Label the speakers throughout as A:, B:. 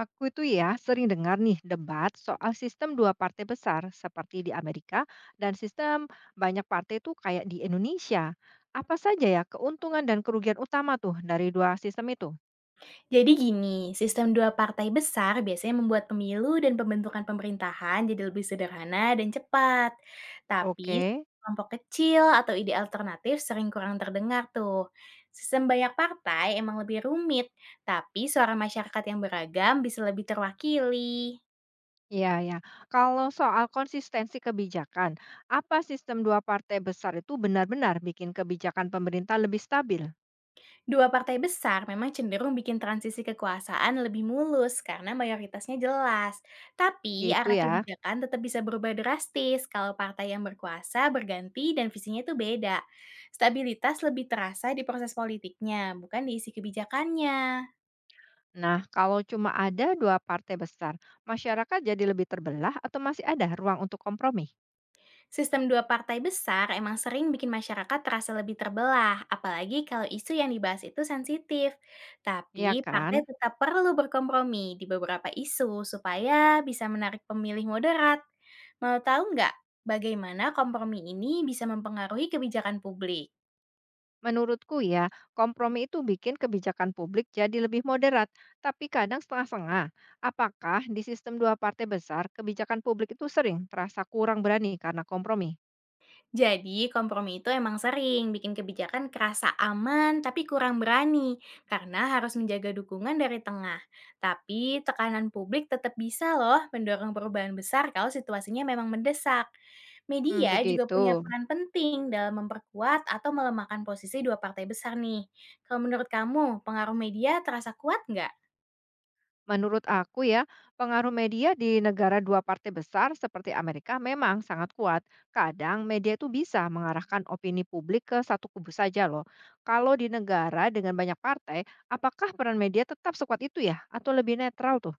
A: Aku itu ya sering dengar nih debat soal sistem dua partai besar seperti di Amerika dan sistem banyak partai itu kayak di Indonesia. Apa saja ya keuntungan dan kerugian utama tuh dari dua sistem itu?
B: Jadi gini, sistem dua partai besar biasanya membuat pemilu dan pembentukan pemerintahan jadi lebih sederhana dan cepat. Tapi
A: Oke,
B: kelompok kecil atau ide alternatif sering kurang terdengar tuh. Sistem banyak partai emang lebih rumit, tapi suara masyarakat yang beragam bisa lebih terwakili.
A: iya ya. Kalau soal konsistensi kebijakan, apa sistem dua partai besar itu benar-benar bikin kebijakan pemerintah lebih stabil?
B: Dua partai besar memang cenderung bikin transisi kekuasaan lebih mulus karena mayoritasnya jelas. Tapi
A: Gitu
B: arah
A: ya.
B: kebijakan tetap bisa berubah drastis kalau partai yang berkuasa berganti dan visinya itu beda. Stabilitas lebih terasa di proses politiknya, bukan di isi kebijakannya.
A: Nah, kalau cuma ada dua partai besar, masyarakat jadi lebih terbelah atau masih ada ruang untuk kompromi?
B: Sistem dua partai besar emang sering bikin masyarakat terasa lebih terbelah, apalagi kalau isu yang dibahas itu sensitif.
A: Iya
B: Tapi partai
A: kan?
B: tetap perlu berkompromi di beberapa isu supaya bisa menarik pemilih moderat. Mau tahu nggak bagaimana kompromi ini bisa mempengaruhi kebijakan publik?
A: Menurutku ya, kompromi itu bikin kebijakan publik jadi lebih moderat, tapi kadang setengah-setengah. Apakah di sistem dua partai besar, kebijakan publik itu sering terasa kurang berani karena kompromi?
B: Jadi, kompromi itu emang sering bikin kebijakan kerasa aman tapi kurang berani karena harus menjaga dukungan dari tengah. Tapi, tekanan publik tetap bisa loh mendorong perubahan besar kalau situasinya memang mendesak.
A: Hmm,
B: Media juga
A: begitu.
B: punya peran penting dalam memperkuat atau melemahkan posisi dua partai besar nih. Kalau menurut kamu, pengaruh media terasa kuat nggak?
A: Menurut aku ya, pengaruh media di negara dua partai besar seperti Amerika memang sangat kuat. Kadang media itu bisa mengarahkan opini publik ke satu kubu saja loh. Kalau di negara dengan banyak partai, apakah peran media tetap sekuat itu ya? Atau lebih netral tuh?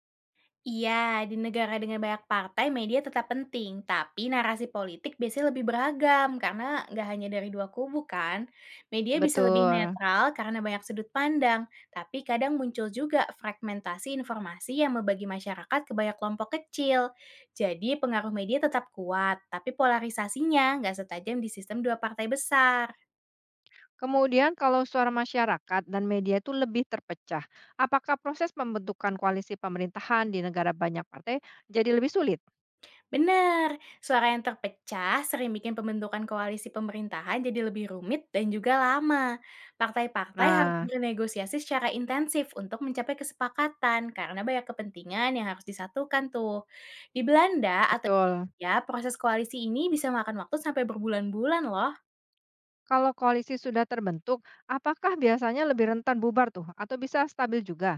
B: Iya, di negara dengan banyak partai, media tetap penting. Tapi narasi politik biasanya lebih beragam, karena nggak hanya dari dua kubu kan. Media bisa lebih
A: Betul.
B: netral karena banyak sudut pandang. Tapi kadang muncul juga fragmentasi informasi yang membagi masyarakat ke banyak kelompok kecil. Jadi pengaruh media tetap kuat, tapi polarisasinya nggak setajam di sistem dua partai besar.
A: Kemudian kalau suara masyarakat dan media itu lebih terpecah, apakah proses pembentukan koalisi pemerintahan di negara banyak partai jadi lebih sulit?
B: Benar, suara yang terpecah sering bikin pembentukan koalisi pemerintahan jadi lebih rumit dan juga lama. Partai-partai harus
A: Nah,
B: bernegosiasi secara intensif untuk mencapai kesepakatan karena banyak kepentingan yang harus disatukan tuh. Di Belanda atau
A: betul.
B: ya proses koalisi ini bisa makan waktu sampai berbulan-bulan loh.
A: Kalau koalisi sudah terbentuk, apakah biasanya lebih rentan bubar tuh atau bisa stabil juga?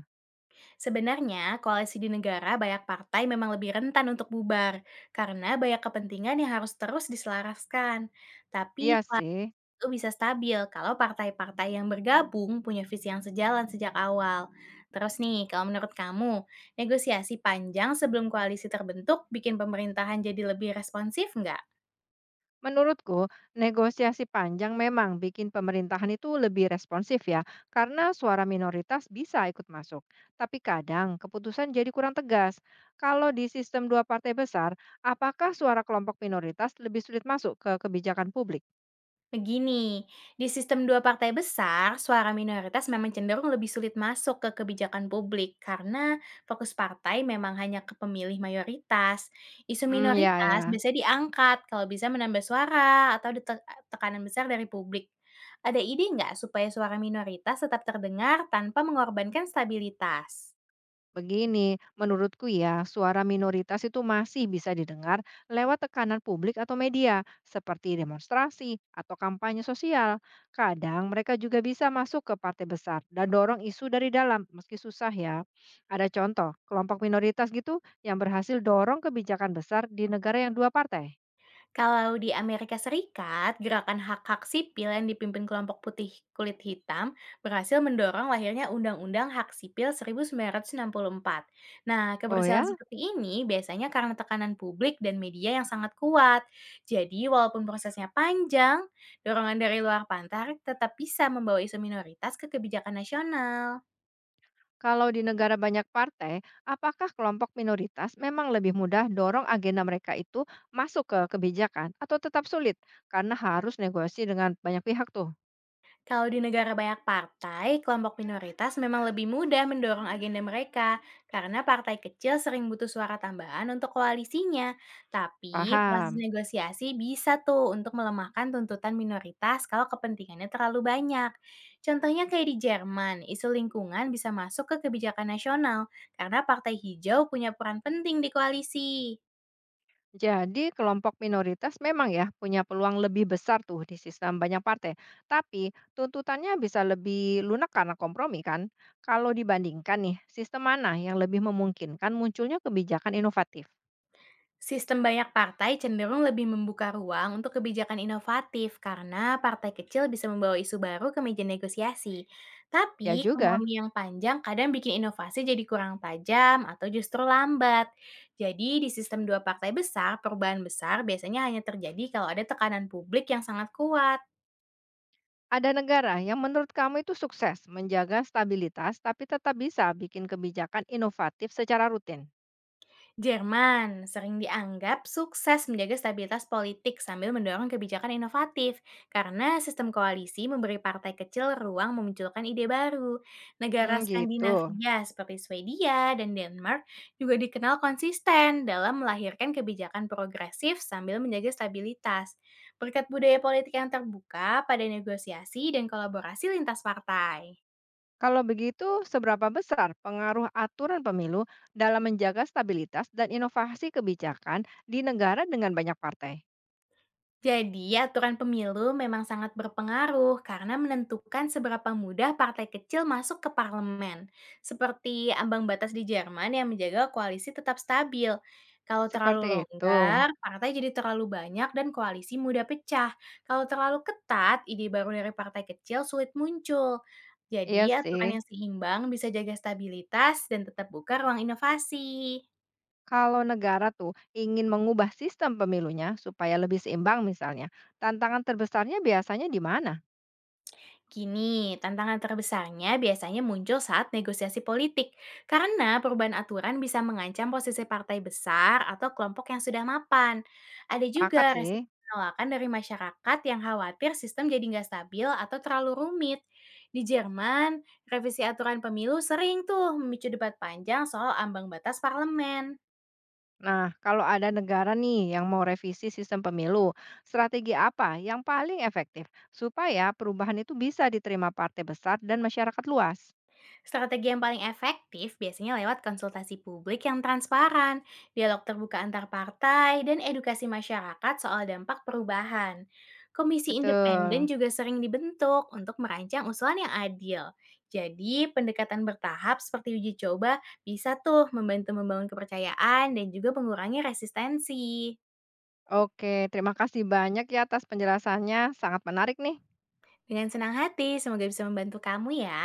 B: Sebenarnya koalisi di negara banyak partai memang lebih rentan untuk bubar karena banyak kepentingan yang harus terus diselaraskan. Tapi
A: Iya sih.
B: itu bisa stabil kalau partai-partai yang bergabung punya visi yang sejalan sejak awal. Terus nih, kalau menurut kamu, negosiasi panjang sebelum koalisi terbentuk bikin pemerintahan jadi lebih responsif nggak?
A: Menurutku, negosiasi panjang memang bikin pemerintahan itu lebih responsif ya, karena suara minoritas bisa ikut masuk. Tapi kadang keputusan jadi kurang tegas. Kalau di sistem dua partai besar, apakah suara kelompok minoritas lebih sulit masuk ke kebijakan publik?
B: Begini, di sistem dua partai besar, suara minoritas memang cenderung lebih sulit masuk ke kebijakan publik karena fokus partai memang hanya ke pemilih mayoritas. Isu
A: Hmm, ya
B: minoritas
A: ya.
B: biasanya diangkat kalau bisa menambah suara atau tekanan besar dari publik. Ada ide nggak supaya suara minoritas tetap terdengar tanpa mengorbankan stabilitas?
A: Begini, menurutku ya, suara minoritas itu masih bisa didengar lewat tekanan publik atau media, seperti demonstrasi atau kampanye sosial. Kadang mereka juga bisa masuk ke partai besar dan dorong isu dari dalam, meski susah ya. Ada contoh, kelompok minoritas gitu yang berhasil dorong kebijakan besar di negara yang dua partai.
B: Kalau di Amerika Serikat, gerakan hak-hak sipil yang dipimpin kelompok putih kulit hitam berhasil mendorong lahirnya Undang-Undang Hak Sipil 1964. Nah,
A: Oh
B: keberhasilan
A: ya?
B: seperti ini biasanya karena tekanan publik dan media yang sangat kuat. Jadi, walaupun prosesnya panjang, dorongan dari luar pantar tetap bisa membawa isu minoritas ke kebijakan nasional.
A: Kalau di negara banyak partai, apakah kelompok minoritas memang lebih mudah dorong agenda mereka itu masuk ke kebijakan atau tetap sulit karena harus negosiasi dengan banyak pihak tuh?
B: Kalau di negara banyak partai, kelompok minoritas memang lebih mudah mendorong agenda mereka karena partai kecil sering butuh suara tambahan untuk koalisinya. Tapi proses
A: Paham.
B: negosiasi bisa tuh untuk melemahkan tuntutan minoritas kalau kepentingannya terlalu banyak. Contohnya kayak di Jerman, isu lingkungan bisa masuk ke kebijakan nasional karena partai hijau punya peran penting di koalisi.
A: Jadi kelompok minoritas memang ya punya peluang lebih besar tuh di sistem banyak partai. Tapi tuntutannya bisa lebih lunak karena kompromi kan? Kalau dibandingkan nih, sistem mana yang lebih memungkinkan munculnya kebijakan inovatif?
B: Sistem banyak partai cenderung lebih membuka ruang untuk kebijakan inovatif karena partai kecil bisa membawa isu baru ke meja negosiasi.
A: Ya
B: Tapi
A: juga.
B: kompromi yang panjang kadang bikin inovasi jadi kurang tajam atau justru lambat. Jadi di sistem dua partai besar, perubahan besar biasanya hanya terjadi kalau ada tekanan publik yang sangat kuat.
A: Ada negara yang menurut kamu itu sukses menjaga stabilitas tapi tetap bisa bikin kebijakan inovatif secara rutin.
B: Jerman sering dianggap sukses menjaga stabilitas politik sambil mendorong kebijakan inovatif karena sistem koalisi memberi partai kecil ruang memunculkan ide baru.
A: Hmm,
B: Negara
A: gitu.
B: Skandinavia seperti Swedia dan Denmark juga dikenal konsisten dalam melahirkan kebijakan progresif sambil menjaga stabilitas. Berkat budaya politik yang terbuka pada negosiasi dan kolaborasi lintas partai.
A: Kalau begitu, seberapa besar pengaruh aturan pemilu dalam menjaga stabilitas dan inovasi kebijakan di negara dengan banyak partai?
B: Jadi, aturan pemilu memang sangat berpengaruh karena menentukan seberapa mudah partai kecil masuk ke parlemen. Seperti ambang batas di Jerman yang menjaga koalisi tetap stabil. Kalau
A: Seperti
B: terlalu
A: itu.
B: longgar, partai jadi terlalu banyak dan koalisi mudah pecah. Kalau terlalu ketat, ide baru dari partai kecil sulit muncul.
A: Iya
B: Jadi, aturan
A: sih.
B: yang seimbang bisa jaga stabilitas dan tetap buka ruang inovasi.
A: Kalau negara tuh ingin mengubah sistem pemilunya supaya lebih seimbang misalnya, tantangan terbesarnya biasanya di mana?
B: Gini, tantangan terbesarnya biasanya muncul saat negosiasi politik, karena perubahan aturan bisa mengancam posisi partai besar atau kelompok yang sudah mapan. Ada
A: Sepakat
B: juga
A: sih.
B: resiko penolakan dari masyarakat yang khawatir sistem jadi nggak stabil atau terlalu rumit. Di Jerman, revisi aturan pemilu sering tuh memicu debat panjang soal ambang batas parlemen.
A: Nah, kalau ada negara nih yang mau revisi sistem pemilu, strategi apa yang paling efektif supaya perubahan itu bisa diterima partai besar dan masyarakat luas?
B: Strategi yang paling efektif biasanya lewat konsultasi publik yang transparan, dialog terbuka antar partai, dan edukasi masyarakat soal dampak perubahan. Komisi independen
A: Betul.
B: juga sering dibentuk untuk merancang usulan yang adil. Jadi, pendekatan bertahap seperti uji coba bisa tuh membantu membangun kepercayaan dan juga mengurangi resistensi.
A: Oke, terima kasih banyak ya atas penjelasannya. Sangat menarik nih.
B: Dengan senang hati, semoga bisa membantu kamu ya.